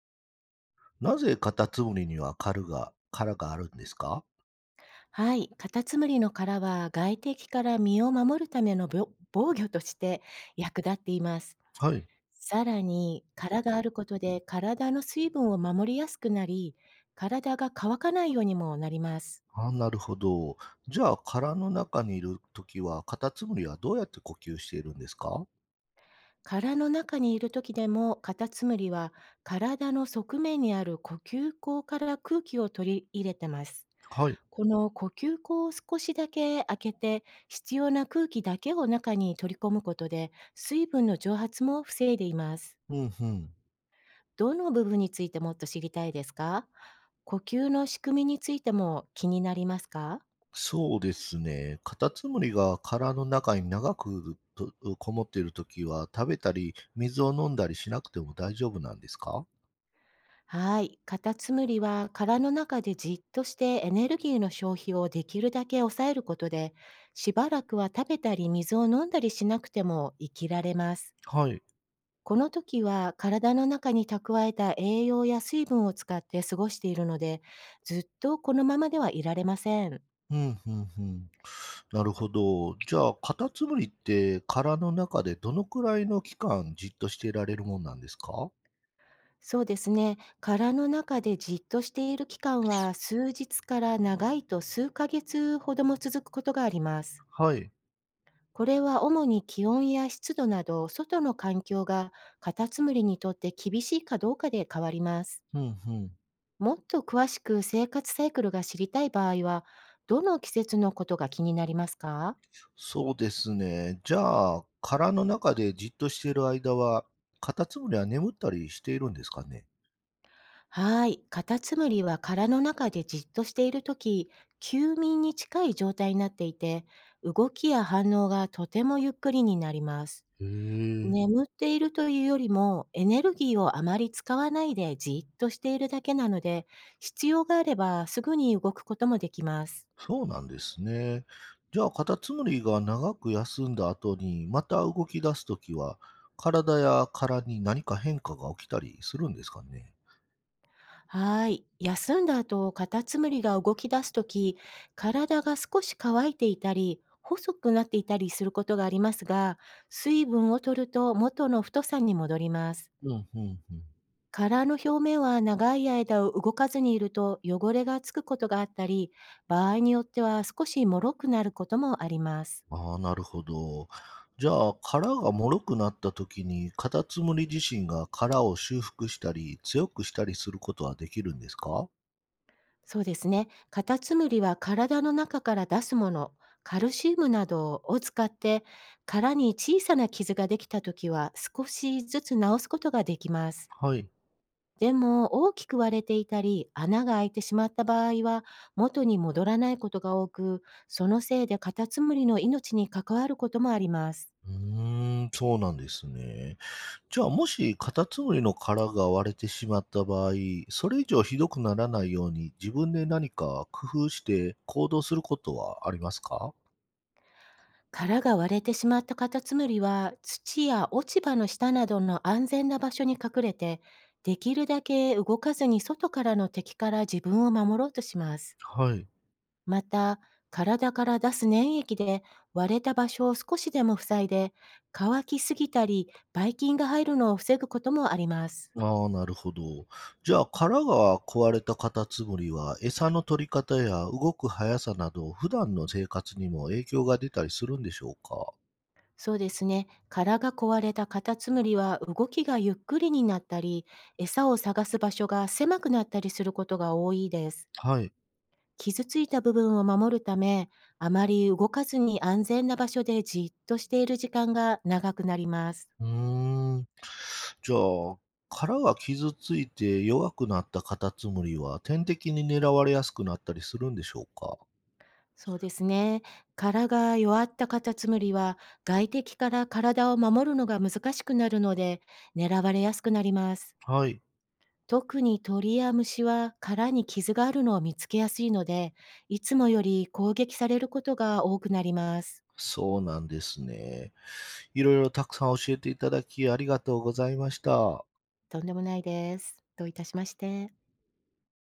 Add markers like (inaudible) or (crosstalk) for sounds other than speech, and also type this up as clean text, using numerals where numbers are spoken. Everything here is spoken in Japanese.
なぜカタツムリには殻があるんですか？はい、カタツムリの殻は外敵から身を守るための防御として (laughs) 役立っています。はい。さらに殻があることで体の水分を守りやすくなり、体が乾かないようにもなります。あー、なるほど。じゃあ、殻の中にいるときは、カタツムリはどうやって呼吸しているんですか？殻の中にいる時でもカタツムリは体の側面にある呼吸孔から空気を取り入れてます。はい。この呼吸口を少しだけ開けて、必要な空気だけを中に取り込むことで、水分の蒸発も防いでいます。うんうん。どの部分についてもっと知りたいですか？呼吸の仕組みについても気になりますか？そうですね。カタツムリが殻の中に長くとこもっているときは、食べたり水を飲んだりしなくても大丈夫なんですか？はい。カタツムリは殻の中でじっとしてエネルギーの消費をできるだけ抑えることで、しばらくは食べたり水を飲んだりしなくても生きられます。はい。この時は体の中に蓄えた栄養や水分を使って過ごしているので、ずっとこのままではいられません。うんうんうん。なるほど。じゃあ、カタツムリって殻の中でどのくらいの期間じっとしていられるもんなんですか？そうですね。殻の中でじっとしている期間は数日から長いと数ヶ月ほども続くことがあります。はい。これは主に気温や湿度など外の環境がカタツムリにとって厳しいかどうかで変わります。ふんふん。もっと詳しく生活サイクルが知りたい場合は、どの季節のことが気になりますか？そうですね。じゃあ、殻の中でじっとしている間は、カタツムリは眠ったりしているんですかね？はい。カタツムリは殻の中でじっとしているとき、休眠に近い状態になっていて、動きや反応がとてもゆっくりになります。へえ。眠っているというよりも、エネルギーをあまり使わないでじっとしているだけなので、必要があればすぐに動くこともできます。そうなんですね。じゃあ、カタツムリが長く休んだ後に、また動き出すときは、体や殻に何か変化が起きたりするんですかね？はい。休んだ後、カタツムリが動き出すとき、体が少し乾いていたり、細くなっていたりすることがありますが、水分を取ると元の太さに戻ります。うん、ふんふん。殻の表面は長い間動かずにいると汚れがつくことがあったり、場合によっては少しもろくなることもあります。ああ、なるほど。じゃあ、殻が脆くなった時に、カタツムリ自身が殻を修復したり、強くしたりすることはできるんですか？そうですね。カタツムリは体の中から出すもの、カルシウムなどを使って、殻に小さな傷ができたときは少しずつ治すことができます。はい。でも、大きく割れていたり、穴が開いてしまった場合は、元に戻らないことが多く、そのせいでカタツムリの命に関わることもあります。うーん、そうなんですね。じゃあ、もしカタツムリの殻が割れてしまった場合、それ以上ひどくならないように自分で何か工夫して行動することはありますか？殻が割れてしまったカタツムリは土や落ち葉の下などの安全な場所に隠れて、できるだけ動かずに外からの敵から自分を守ろうとします。はい。また、体から出す粘液で割れた場所を少しでも塞いで、乾きすぎたりばい菌が入るのを防ぐこともあります。ああ、なるほど。じゃあ、殻が壊れたカタツムリは、餌の取り方や動く速さなど、普段の生活にも影響が出たりするんでしょうか？そうですね、殻が壊れたカタツムリは動きがゆっくりになったり、餌を探す場所が狭くなったりすることが多いです。はい。傷ついた部分を守るため、あまり動かずに安全な場所でじっとしている時間が長くなります。うーん。じゃあ、殻が傷ついて弱くなったカタツムリは、天敵に狙われやすくなったりするんでしょうか？そうですね。殻が弱ったカタツムリは外敵から体を守るのが難しくなるので、狙われやすくなります。はい。特に鳥や虫は殻に傷があるのを見つけやすいので、いつもより攻撃されることが多くなります。そうなんですね。いろいろたくさん教えていただき、ありがとうございました。とんでもないです。どういたしまして。